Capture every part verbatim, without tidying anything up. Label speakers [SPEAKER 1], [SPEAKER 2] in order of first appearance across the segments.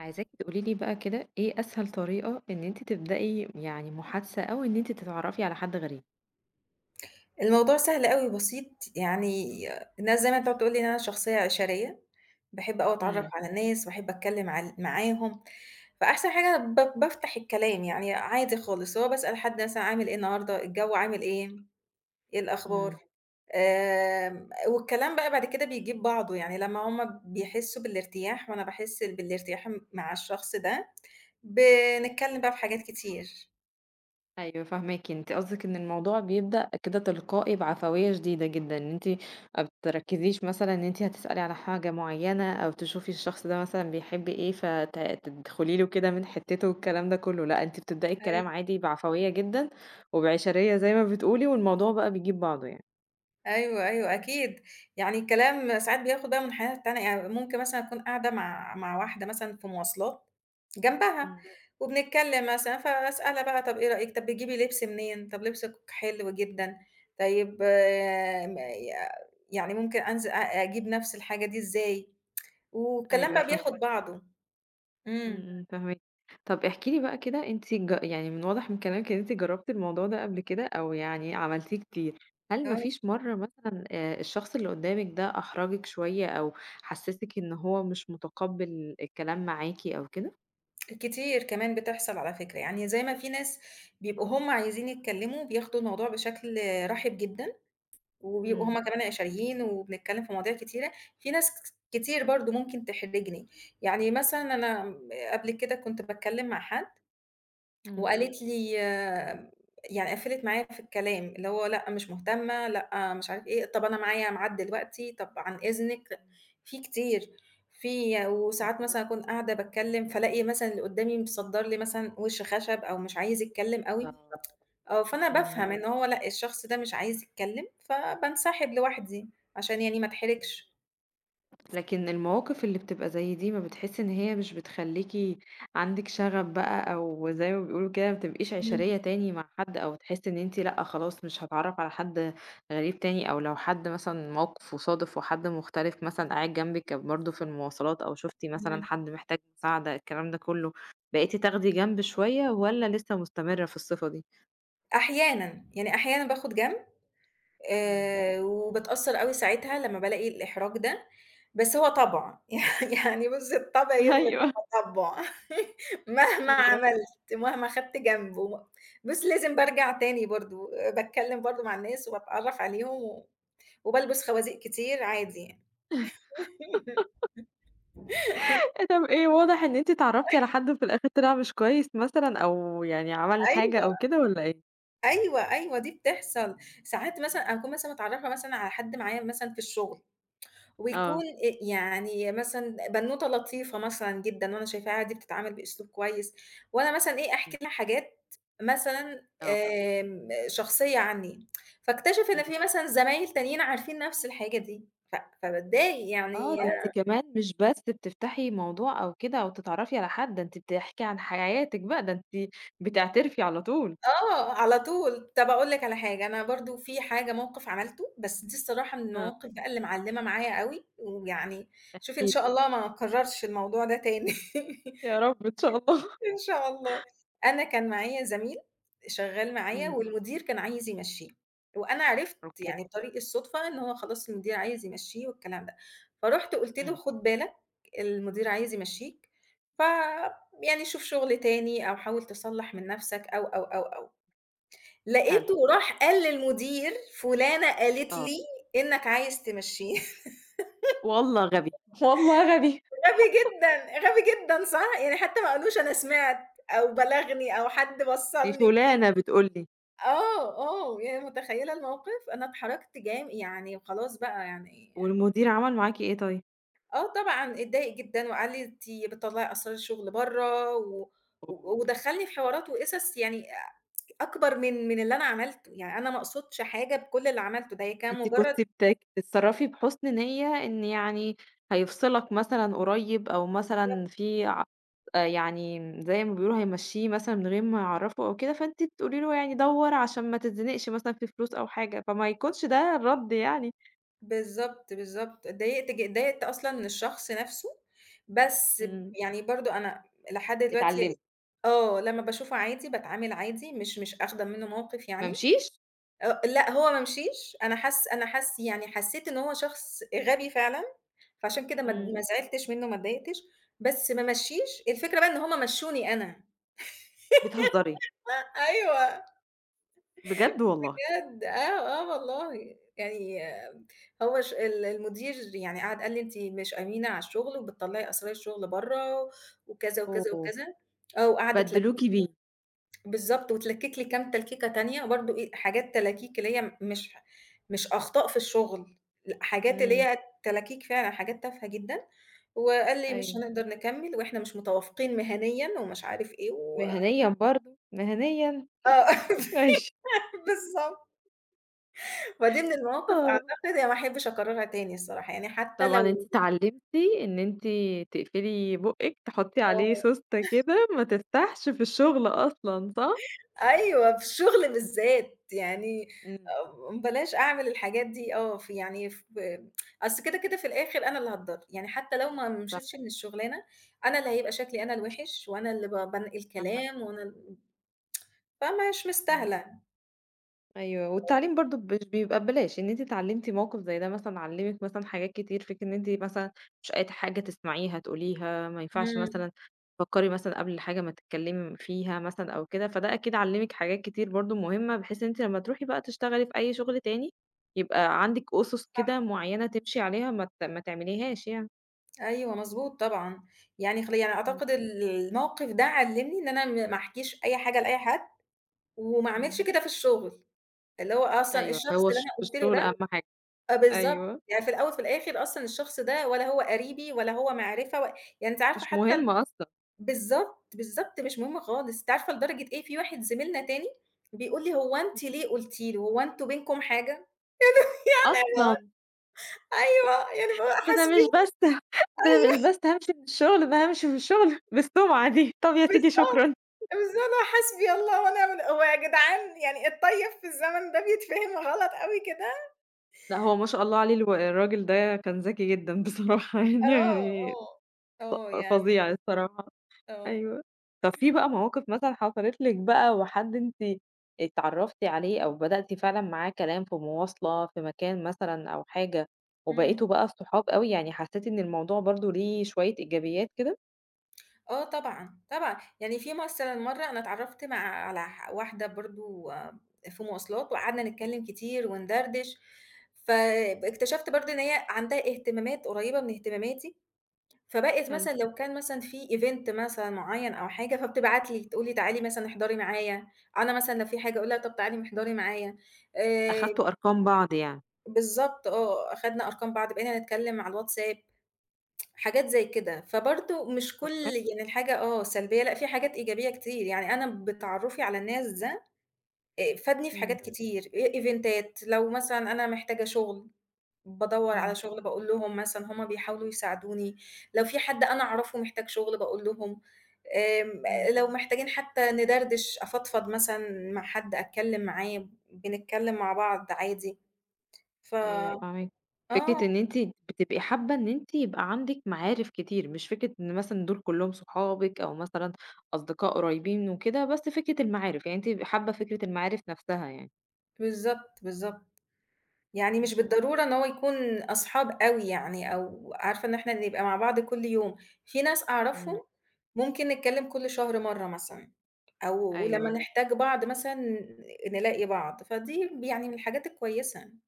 [SPEAKER 1] عايزاكي تقولي لي بقى كده إيه أسهل طريقة إن أنتِ تبدئي يعني محادثة أو إن أنتِ تتعرفي على حد غريب؟
[SPEAKER 2] الموضوع سهل أوي وبسيط، يعني الناس زي ما أنت بتقول لي إن أنا شخصية عِشَرية، باحب أوي أتعرّف
[SPEAKER 1] إمم،
[SPEAKER 2] على الناس، باحب أتكلّم عل معاهم، فأحسن حاجة ب بافتح الكلام، يعني عادي خالص، اللي هو باسأل حد مثلًا عامل إيه النهارده، الجو عامل إيه، إيه الأخبار،
[SPEAKER 1] إمم.
[SPEAKER 2] آمم، والكلام بقى بعد كده بيجيب بعضه، يعني لمّا هُم بيحسّوا بالارتياح وأنا باحس بالارتياح م مع الشخص ده، بنتكلّم بقى في حاجات كتير.
[SPEAKER 1] أيوه فاهماكِ، أنتِ قصدِك إن الموضوع بيبدأ كده تلقائي بعفوية شديدة جدًا، إن أنتِ ما بتركزيش مثلًا إن أنتِ هتسألي على حاجة معينة أو تشوفي الشخص ده مثلًا بيحب إيه فت تدخلي له كده من حتته والكلام ده كله، لأ أنتِ بتبدئي الكلام عادي بعفوية جدًا وبعشرية زي ما بتقولي والموضوع بقى بيجيب بعضه يعني.
[SPEAKER 2] أيوه، أيوه أكيد، يعني الكلام ساعات بياخد بقى منحنيات تانية، يعني ممكن مثلًا أكون قاعدة مع مع واحدة مثلًا في مواصلات جنبها،
[SPEAKER 1] إمم.
[SPEAKER 2] وبنتكلم مثلًا فأسألها بقى طب إيه رأيِك، طب بتجيبي لبس منين، طب لبسِك حلو جدًا، طيب آه، م يعني ممكن أنزل أ أجيب نفس الحاجة دي إزاي، والكلام
[SPEAKER 1] أيوه
[SPEAKER 2] بقى بياخد أيوه
[SPEAKER 1] فاهماكِ.
[SPEAKER 2] بعضه. إمم.
[SPEAKER 1] إمم، إمم، فاهماكِ. طب احكِ لي بقى كده أنتِ ج يعني من واضح من كلامِك إن أنتِ جرّبتِ الموضوع ده قبل كده أو يعني عملتيه كتير، هل ما
[SPEAKER 2] آه،
[SPEAKER 1] فيش مرّة مثلًا آآ الشخص اللي قدّامِك ده أحرجِك شوية أو حسّسِك إن هو مش متقبّل الكلام معاكِ أو كده؟
[SPEAKER 2] كتير كمان بتحصل على فكرة، يعني زي ما في ناس بيبقوا هُم عايزين يتكلموا بياخدوا الموضوع بشكل رحِب جدًا. وبيبقوا
[SPEAKER 1] إمم،
[SPEAKER 2] هُم كمان عشريين وبنتكلم في مواضيع كتيرة، في ناس ك كتير برضه ممكن تحرجني، يعني مثلًا أنا م قبل كده كنت باتكلم مع حد
[SPEAKER 1] إمم،
[SPEAKER 2] وقالت لي آه، يعني قفّلت معايا في الكلام، اللي هو لأ مش مهتمة، لأ مش عارف إيه، طب أنا معايا ميعاد دلوقتي، طب عن إذنِك،
[SPEAKER 1] إمم،
[SPEAKER 2] في كتير، في
[SPEAKER 1] إمم.
[SPEAKER 2] وساعات مثلًا أكون قاعدة باتكلم فالاقي مثلًا اللي قدّامي مصدّر لي مثلًا وِش خشب أو مش عايز يتكلم أوي،
[SPEAKER 1] آه.
[SPEAKER 2] آه، فأنا بافهم
[SPEAKER 1] إمم،
[SPEAKER 2] إمم. إن هو لأ، الشخص ده مش عايز يتكلّم، فبانسحب لوحدي عشان يعني ما
[SPEAKER 1] إمم.
[SPEAKER 2] اتحرجش.
[SPEAKER 1] لكن المواقف اللي بتبقى زي دي ما بتحسي إن هي مش بتخلّيكِ عندِك شغف بقى أو زي ما بيقولوا كده ما بتبقيش
[SPEAKER 2] إمم.
[SPEAKER 1] عشرية تاني مع حد أو تحسي إن أنتِ لأ خلاص مش هاتعرّف على حد غريب تاني أو لو حد مثلًا موقفه صادف وحد مختلف مثلًا قاعد جنبِك برضه في المواصلات أو شُفتِ مثلًا
[SPEAKER 2] إمم.
[SPEAKER 1] حد محتاج مساعدة الكلام ده كُلّه، بقيتِ تاخدي جنب شوية والّا لسه مستمرة في الصفة دي؟
[SPEAKER 2] أحيانًا، يعني أحيانًا باخد جنب،
[SPEAKER 1] إمم،
[SPEAKER 2] آآ، وباتأثّر أوي ساعتها لمّا بالاقي الإحراج ده، بس هو
[SPEAKER 1] إمم، إمم.
[SPEAKER 2] طبع. يعني بُصّي الطبع يغلب
[SPEAKER 1] أيوه،
[SPEAKER 2] التطبع. مهما
[SPEAKER 1] أيوه
[SPEAKER 2] عملت، مهما خدت جنب وم بُصّي لازم بارجع تاني برضه، باتكلّم برضه مع الناس وباتعرّف عليهم و وبالبس خوازيق كتير عادي يعني.
[SPEAKER 1] طب إيه، واضح إن أنتِ اتعرّفتِ على حد وفي الآخر طلع مش كويس مثلًا أو يعني عمل حاجة
[SPEAKER 2] أيوه.
[SPEAKER 1] أو كده والّا إيه؟
[SPEAKER 2] أيوه، أيوه، دي بتحصل. ساعات مثلًا أكون مثلًا متعرّفة مثلًا على حد معايا مثلًا في الشغل،
[SPEAKER 1] آه،
[SPEAKER 2] ويكون آآ يعني مثلًا بنوتة لطيفة مثلًا جدًا وأنا شايفاها دي بتتعامل بأسلوب كويس، وأنا مثلًا إيه،
[SPEAKER 1] إمم.
[SPEAKER 2] أحكي لها حاجات مثلًا
[SPEAKER 1] آه،
[SPEAKER 2] آمم شخصية عني، فاكتشف
[SPEAKER 1] إمم.
[SPEAKER 2] إن في مثلًا زمايل تانيين عارفين نفس الحاجة دي، ف فباتضايق
[SPEAKER 1] آه،
[SPEAKER 2] يعني
[SPEAKER 1] ده أنتِ
[SPEAKER 2] آه،
[SPEAKER 1] كمان مش بس بتفتحي موضوع أو كده أو تتعرّفي على حد، ده أنتِ بتحكي عن حياتِك بقى، ده أنتِ بتعترفي على طول.
[SPEAKER 2] آه، على طول. طَب أقول لك على حاجة، أنا برضه في حاجة موقِف عملته، بس دي الصراحة من
[SPEAKER 1] آه.
[SPEAKER 2] المواقِف بقى اللي معلِّمة معايا أوي، ويعني شوفي إن
[SPEAKER 1] إمم.
[SPEAKER 2] شاء الله ما أكرّرش الموضوع ده تاني.
[SPEAKER 1] يا رب إن شاء الله.
[SPEAKER 2] إن شاء الله. أنا كان معايا زميل شغّال معايا
[SPEAKER 1] إمم،
[SPEAKER 2] والمدير كان عايز يمشّيه، وأنا عرفت
[SPEAKER 1] أوكي،
[SPEAKER 2] يعني بطريق الصُدفة إن هو خلاص المدير عايز يمشّيه والكلام ده، فرُحت قُلت له:
[SPEAKER 1] إمم،
[SPEAKER 2] "خُد بالك، المدير عايز يمشّيك، ف يعني شوف شُغل تاني أو حاول تصلّح من نَفْسك." أو، أو، أو، أو.
[SPEAKER 1] حلو،
[SPEAKER 2] لقيته راح قال للمدير فلانة قالت لي
[SPEAKER 1] آه.
[SPEAKER 2] إنك عايز تمشّيه.
[SPEAKER 1] والله غبي. والله غبي.
[SPEAKER 2] غبي جدًا، غبي جدًا صح؟ يعني حتى ما قالوش أنا سمعت أو بلغني أو حد
[SPEAKER 1] دي
[SPEAKER 2] وصّلني
[SPEAKER 1] فلانة بتقول لي،
[SPEAKER 2] آه، آه، يعني متخيّلة الموقف؟ أنا اتحرجت جام يعني خلاص بقى يعني
[SPEAKER 1] والمدير عمل معاكِ إيه طيب؟
[SPEAKER 2] آه طبعًا اتضايق جدًا وقال لي أنتِ بتطلّعي أسرار الشغل برّه و و
[SPEAKER 1] أوه!
[SPEAKER 2] ودخّلني في حوارات وقصص يعني أكبر من من اللي أنا عملته، يعني أنا ما أقصدش حاجة بكل اللي عملته، ده هي كان
[SPEAKER 1] أنتِ
[SPEAKER 2] مجرّد
[SPEAKER 1] كنتِ بتك بتتصرّفي بحُسن نيّة إن يعني هيفصلك مثلًا قريّب أو مثلًا في ع آآ يعني زي ما بيقولوا هيمشّيه مثلًا من غير ما يعرّفه أو كده، فأنتِ بتقولي له يعني دَوّر عشان ما تتزنقش مثلًا في فلوس أو حاجة، فما يكونش ده الرَد يعني.
[SPEAKER 2] بالضبط، بالضبط. اتضايقت ج اتضايقت أصلًا من الشخص نَفْسه، بس ب
[SPEAKER 1] إمم.
[SPEAKER 2] يعني برضه أنا لحد دلوقتي
[SPEAKER 1] اتعلّمي،
[SPEAKER 2] آه، لمّا باشوفه عادي باتعامل عادي، مش مش آخدة منّه موقِف
[SPEAKER 1] ما
[SPEAKER 2] يعني.
[SPEAKER 1] مشيش
[SPEAKER 2] آه، لأ، هو ما مشيش، أنا حس أنا حس يعني حسّيت إن هو شخص غبي فعلًا، فعشان كده ما ات ما
[SPEAKER 1] إمم.
[SPEAKER 2] زعلتش منّه، ما اتضايقتش، بس ما مشّيش. الفكرة بقى إن هم مشّوني أنا.
[SPEAKER 1] بتهزّري.
[SPEAKER 2] أ أيوه.
[SPEAKER 1] بجد والله!
[SPEAKER 2] بجد آه، آه والله. يعني آه، هو ش ال المدير يعني قعد قال لي: "أنتِ مش أمينة على الشغل وبتطلّعي أسرار الشغل برّه وكذا، وكذا،
[SPEAKER 1] أوه!
[SPEAKER 2] وكذا." آه، وقعد اتلكك
[SPEAKER 1] بَدّلوكِ بيه.
[SPEAKER 2] بالضبط، واتلكك لي كام تلكيكة تانية برضه إيه، حاجات تلاكيك اللي هي مش مش أخطاء في الشغل، لأ حاجات اللي
[SPEAKER 1] إمم.
[SPEAKER 2] هي تلاكيك فعلًا، حاجات تافهة جدًا، وقال لي: "مش
[SPEAKER 1] أيوه.
[SPEAKER 2] هنقدر نكمّل وإحنا مش متوافقين مهنيًا." ومش عارف إيه و
[SPEAKER 1] مهنيًا برضه، مهنيًا
[SPEAKER 2] آه.
[SPEAKER 1] ماشي.
[SPEAKER 2] بالضبط. فدي من المواقف أعتقد
[SPEAKER 1] آه.
[SPEAKER 2] أنا ما أحبش أكررها تاني الصراحة، يعني حتى
[SPEAKER 1] طبعًا
[SPEAKER 2] لو
[SPEAKER 1] أنتِ اتعلمتِ إن أنتِ تقفلي بُقِّك، تحطّي عليه
[SPEAKER 2] آه،
[SPEAKER 1] سوستة كده ما تفتحش في الشغل أصلًا، صح؟
[SPEAKER 2] أيوه في الشغل بالذات، يعني
[SPEAKER 1] إمم،
[SPEAKER 2] آآ بلاش أعمل الحاجات دي آه، في يعني ف أصل كده، كده في الآخر أنا اللي هاتضر، يعني حتى لو ما
[SPEAKER 1] صح.
[SPEAKER 2] مشيتش من الشغلانة، أنا اللي هيبقى شكلي أنا الوِحِش وأنا اللي ب بانقل
[SPEAKER 1] صح.
[SPEAKER 2] كلام وأنا ال فمش مستاهلة،
[SPEAKER 1] أيوه، والتعليم برضه مش بيبقى ببلاش، إن أنتِ اتعلمتِ موقف زي ده مثلًا علّمِك مثلًا حاجات كتير، فكرة إن أنتِ مثلًا مش أي حاجة تسمعيها تقوليها، ما ينفعش
[SPEAKER 2] إمم،
[SPEAKER 1] مثلًا تفكّري مثلًا قبل الحاجة ما تتكلّمي فيها مثلًا أو كده، فده أكيد علّمِك حاجات كتير برضه مهمة، بحيث إن أنتِ لمّا تروحي بقى تشتغلي في أي شغل تاني، يبقى عندِك أُسس كده
[SPEAKER 2] صح،
[SPEAKER 1] معيّنة تمشي عليها ما ت ما تعمليهاش يعني.
[SPEAKER 2] أيوه مضبوط طبعًا، يعني خل يعني
[SPEAKER 1] إمم.
[SPEAKER 2] أعتقد ال الموقف ده علّمني إن أنا م ما أحكيش أي حاجة لأي حد، وما أعملش
[SPEAKER 1] إمم.
[SPEAKER 2] كده في الشغل. اللي هو أصلًا
[SPEAKER 1] أيوه،
[SPEAKER 2] الشخص
[SPEAKER 1] هو
[SPEAKER 2] اللي أنا
[SPEAKER 1] الش
[SPEAKER 2] قُلت له
[SPEAKER 1] الشغل
[SPEAKER 2] ده
[SPEAKER 1] أهم حاجة.
[SPEAKER 2] آه بالضبط،
[SPEAKER 1] أيوه،
[SPEAKER 2] يعني في الأول وفي الآخر أصلًا الشخص ده ولا هو قريبي ولا هو معرفة و يعني أنتِ عارفة
[SPEAKER 1] مش
[SPEAKER 2] حتى ال
[SPEAKER 1] مهم أصلًا.
[SPEAKER 2] بالضبط، بالضبط مش مهم خالص، أنتِ عارفة لدرجة إيه في واحد زميلنا تاني بيقول لي: "هو أنتِ
[SPEAKER 1] إمم.
[SPEAKER 2] ليه قُلتِ له، هو أنتم بينكم حاجة؟" أيوه،
[SPEAKER 1] أصلًا!
[SPEAKER 2] أيوه، يعني اللي هو
[SPEAKER 1] ده أنا
[SPEAKER 2] حسبي
[SPEAKER 1] مش بس ده أنا مش بس هامشي من الشغل، ده هامشي من الشغل بالسمعة دي، طب يا سيدي
[SPEAKER 2] بالضبط،
[SPEAKER 1] شكرًا.
[SPEAKER 2] بالضبط اللي هو حسبي الله ونعم ال هو يا جدعان يعني الطيب في الزمن ده بيتفهم غلط أوي كده؟
[SPEAKER 1] لأ هو ما شاء الله عليه الو الراجل ده كان ذكي جدًا بصراحة يعني يعني
[SPEAKER 2] آه، آه، آه يعني،
[SPEAKER 1] فظيع الصراحة،
[SPEAKER 2] آه،
[SPEAKER 1] أيوه. طب في بقى مواقف مثلًا حصلت لِك بقى وحد أنتِ اتعرّفتِ عليه أو بدأتِ فعلًا معاه كلام في مواصلة، في مكان مثلًا أو حاجة،
[SPEAKER 2] إمم.
[SPEAKER 1] وبقيتوا بقى صحاب أوي، يعني حسيتِ إن الموضوع برضه ليه شوية إيجابيات كده؟
[SPEAKER 2] آه طبعًا، طبعًا. يعني في مثلًا مرّة أنا اتعرّفت مع على ح واحدة برضه في مواصلات وقعدنا نتكلّم كتير وندردش، فاكتشفت برضه إن هي عندها اهتمامات قريّبة من اهتماماتي، فبقت
[SPEAKER 1] حلو،
[SPEAKER 2] مثلًا لو كان مثلًا في event مثلًا معيّن أو حاجة فبتبعت لي تقول لي تعالي مثلًا احضري معايا، أنا مثلًا لو في حاجة أقول لها طب تعالي احضري معايا. آآ
[SPEAKER 1] أخدتوا أرقام بعض يعني،
[SPEAKER 2] بالضبط آه، أخدنا أرقام بعض، بقينا نتكلّم على الWhatsApp. حاجات زي كده، فبرضه مش
[SPEAKER 1] طب
[SPEAKER 2] كل
[SPEAKER 1] حلو،
[SPEAKER 2] يعني الحاجة آه سلبية، لأ في حاجات إيجابية كتير، يعني أنا بتعرُّفي على الناس ده آآ فادني في
[SPEAKER 1] إمم،
[SPEAKER 2] حاجات كتير، آآ إيفنتات، لو مثلًا أنا محتاجة شُغل، بادوّر على
[SPEAKER 1] إمم،
[SPEAKER 2] شُغل باقول لهم مثلًا هُم بيحاولوا يساعدوني، لو في حد أنا أعرفه محتاج شُغل باقول لهم، آمم
[SPEAKER 1] إمم.
[SPEAKER 2] لو محتاجين حتى ندردش، أفضفض مثلًا مع حد، أتكلّم معاه، بنتكلّم مع بعض عادي، ف
[SPEAKER 1] أيوه فاهماكِ.
[SPEAKER 2] آه،
[SPEAKER 1] فكرة إن أنتِ بتبقي حابة إن أنتِ يبقى عندِك معارف كتير، مش فكرة إن مثلًا دول كلّهم صحابِك أو مثلًا أصدقاء قريبين وكده، بس فكرة المعارف، يعني أنتِ حابة فكرة المعارف نفسها يعني.
[SPEAKER 2] بالضبط، بالضبط. يعني
[SPEAKER 1] إمم،
[SPEAKER 2] مش
[SPEAKER 1] إمم.
[SPEAKER 2] بالضرورة إن هو يكون أصحاب أوي يعني أو عارفة إن إحنا نبقى مع بعض كل يوم، في ناس أعرفهم
[SPEAKER 1] إمم،
[SPEAKER 2] ممكن نتكلم كل شهر مرّة مثلًا، أو ولمّا
[SPEAKER 1] أيوه.
[SPEAKER 2] إمم. نحتاج بعض مثلًا نلاقي بعض، فدي يعني من الحاجات الكويسة.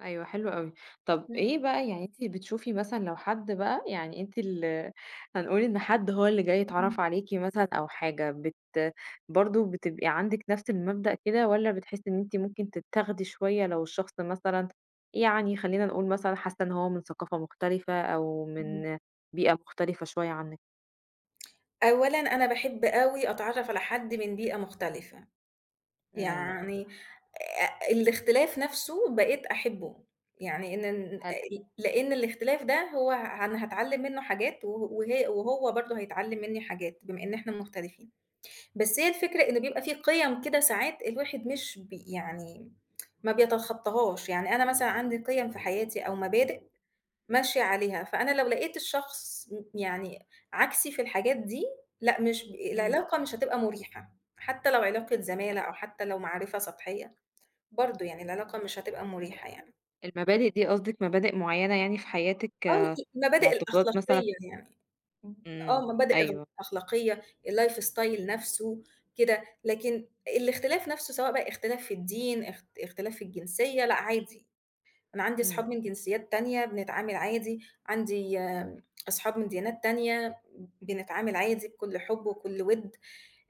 [SPEAKER 1] أيوه حلو أوي. طب
[SPEAKER 2] إمم،
[SPEAKER 1] إيه بقى يعني أنتِ بتشوفي مثلًا لو حد بقى يعني أنتِ ال هنقول إن حد هو اللي جاي
[SPEAKER 2] إمم،
[SPEAKER 1] يتعرّف عليكِ مثلًا أو حاجة، بت برضه بتبقي عندِك نفس المبدأ كده والّا بتحسّي إن أنتِ ممكن تتاخدي شوية لو الشخص مثلًا يعني خلّينا نقول مثلًا حاسّة إن هو من ثقافة مختلفة أو
[SPEAKER 2] إمم.
[SPEAKER 1] من بيئة مختلفة شوية عنِّك؟
[SPEAKER 2] أولًا أنا باحب أوي أتعرّف على حد من بيئة مختلفة،
[SPEAKER 1] إمم،
[SPEAKER 2] يعني أ الاختلاف نَفْسه بقيت أحبّه، يعني إن إن
[SPEAKER 1] حلو.
[SPEAKER 2] لإن الاختلاف ده هو أنا هاتعلّم منّه حاجات و وهي وهو برضه هيتعلّم منّي حاجات بما إن إحنا مختلفين، بس هي الفكرة إن بيبقى في قِيَم كده ساعات الواحد مش بي يعني ما بيتخطّاهاش، يعني أنا مثلًا عندي قِيَم في حياتي أو مبادئ ماشية عليها، فأنا لو لقيت الشخص م يعني عكسي في الحاجات دي، لأ مش ب
[SPEAKER 1] إمم.
[SPEAKER 2] العلاقة مش هتبقى مُريحة، حتّى لو علاقة زمالة أو حتّى لو معرفة سطحية. برضه يعني العلاقة مش هتبقى مريحة يعني.
[SPEAKER 1] المبادئ دي قصدِك مبادئ معيّنة يعني في حياتِك،
[SPEAKER 2] آه، المبادئ
[SPEAKER 1] معتقدات مثلًا
[SPEAKER 2] الأخلاقية يعني، آه،
[SPEAKER 1] إمم،
[SPEAKER 2] مبادئ أغ
[SPEAKER 1] أيوه.
[SPEAKER 2] أخلاقية، الlife style نَفْسه كده، لكن الاختلاف نَفْسه سواء بقى اختلاف في الدين، اخت اختلاف في الجنسية، لأ عادي، أنا عندي
[SPEAKER 1] إمم.
[SPEAKER 2] أصحاب من جنسيات تانية بنتعامل عادي، عندي آمم، أصحاب من ديانات تانية بنتعامل عادي بكل حُب وكل وِد،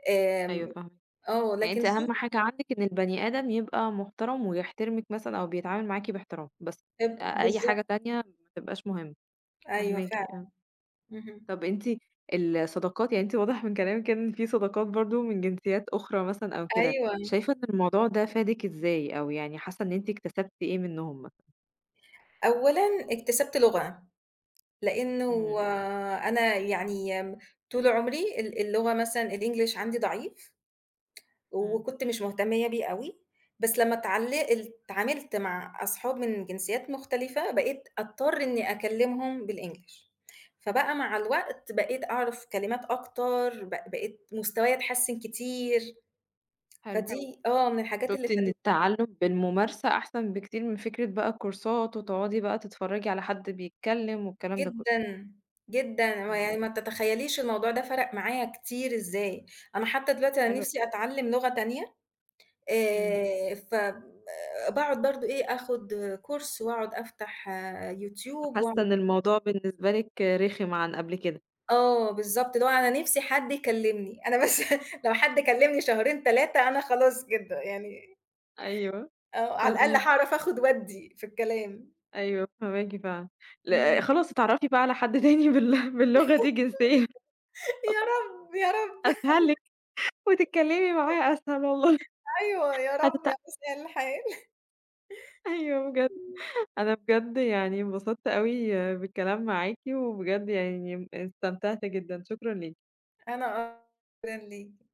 [SPEAKER 2] آمم،
[SPEAKER 1] أيوه فاهماكِ.
[SPEAKER 2] آه،
[SPEAKER 1] يعني
[SPEAKER 2] لكن
[SPEAKER 1] أنتِ
[SPEAKER 2] في
[SPEAKER 1] أهم حاجة عندِك إن البني آدم يبقى محترم ويحترمِك مثلًا أو بيتعامل معاكِ باحترام، بس أ أي
[SPEAKER 2] بالضبط،
[SPEAKER 1] حاجة تانية ما تبقاش مهمة،
[SPEAKER 2] أيوه
[SPEAKER 1] فاهماكِ
[SPEAKER 2] فعلًا،
[SPEAKER 1] آه.
[SPEAKER 2] اهم،
[SPEAKER 1] طب أنتِ الصداقات يعني أنتِ واضح من كلامِك كده إن في صداقات برضه من جنسيات أخرى مثلًا أو كده،
[SPEAKER 2] أيوه،
[SPEAKER 1] شايفة إن الموضوع ده فادِك إزاي أو يعني حاسة إن أنتِ اكتسبتِ إيه منهم مثلًا؟
[SPEAKER 2] أولًا اكتسبت لغة. لإنه
[SPEAKER 1] إمم،
[SPEAKER 2] آه، أنا يعني آمم، طول عمري ال اللغة مثلًا الEnglish عندي ضعيف،
[SPEAKER 1] إمم.
[SPEAKER 2] وكنت مش مهتمية بيه أوي، بس لمّا اتعل اتعاملت مع أصحاب من جنسيات مختلفة، بقيت أضطر إني أكلمهم بالEnglish، فبقى مع الوقت بقيت أعرف كلمات أكتر، ب بقيت مستوايا اتحسن كتير، حلو.
[SPEAKER 1] حلو،
[SPEAKER 2] فدي آه، من الحاجات اللي
[SPEAKER 1] شُفتِ إن
[SPEAKER 2] فادتني
[SPEAKER 1] التعلُّم بالممارسة أحسن بكتير من فكرة بقى كورسات وتقعدي بقى تتفرّجي على حد بيتكلم والكلام ده كله،
[SPEAKER 2] جدًا، جدًا،
[SPEAKER 1] إمم،
[SPEAKER 2] ويعني ما تتخيليش الموضوع ده فرق معايا كتير إزاي، أنا حتى دلوقتي أنا
[SPEAKER 1] حلو أوي.
[SPEAKER 2] نفسي أتعلم لغة تانية
[SPEAKER 1] إمم.
[SPEAKER 2] آآ ف باقعد برضه إيه، آخُد كورس وأقعد أفتح آه، يوتيوب
[SPEAKER 1] حاسة
[SPEAKER 2] وأقعد
[SPEAKER 1] إن الموضوع بالنسبة لِك رخم عن قبل كده.
[SPEAKER 2] آه بالضبط، اللي هو أنا نِفْسي حد يكلّمني، أنا بس. لو حد كلّمني شهرين ثلاثة أنا خلاص كده يعني
[SPEAKER 1] أيوه.
[SPEAKER 2] آه، على الأقل
[SPEAKER 1] فاهماكِ،
[SPEAKER 2] هاعرف آخُد وأدّي في الكلام.
[SPEAKER 1] أيوه فاهماكِ فعلًا. ل
[SPEAKER 2] إمم.
[SPEAKER 1] خلاص اتعرفي بقى على حد تاني بال باللغة دي جنسيًا
[SPEAKER 2] يا رب، يا رب.
[SPEAKER 1] أسهل لِك، وتتكلمي معاه أسهل والله.
[SPEAKER 2] أيوه، يا رب
[SPEAKER 1] هتت
[SPEAKER 2] يا مساء الخير.
[SPEAKER 1] أيوه بجد. أنا بجد يعني انبسطت أوي بالكلام معاكِ، وبجد يعني م استمتعت جدًا، شكرًا ليكِ.
[SPEAKER 2] أنا اه شكراً ليك.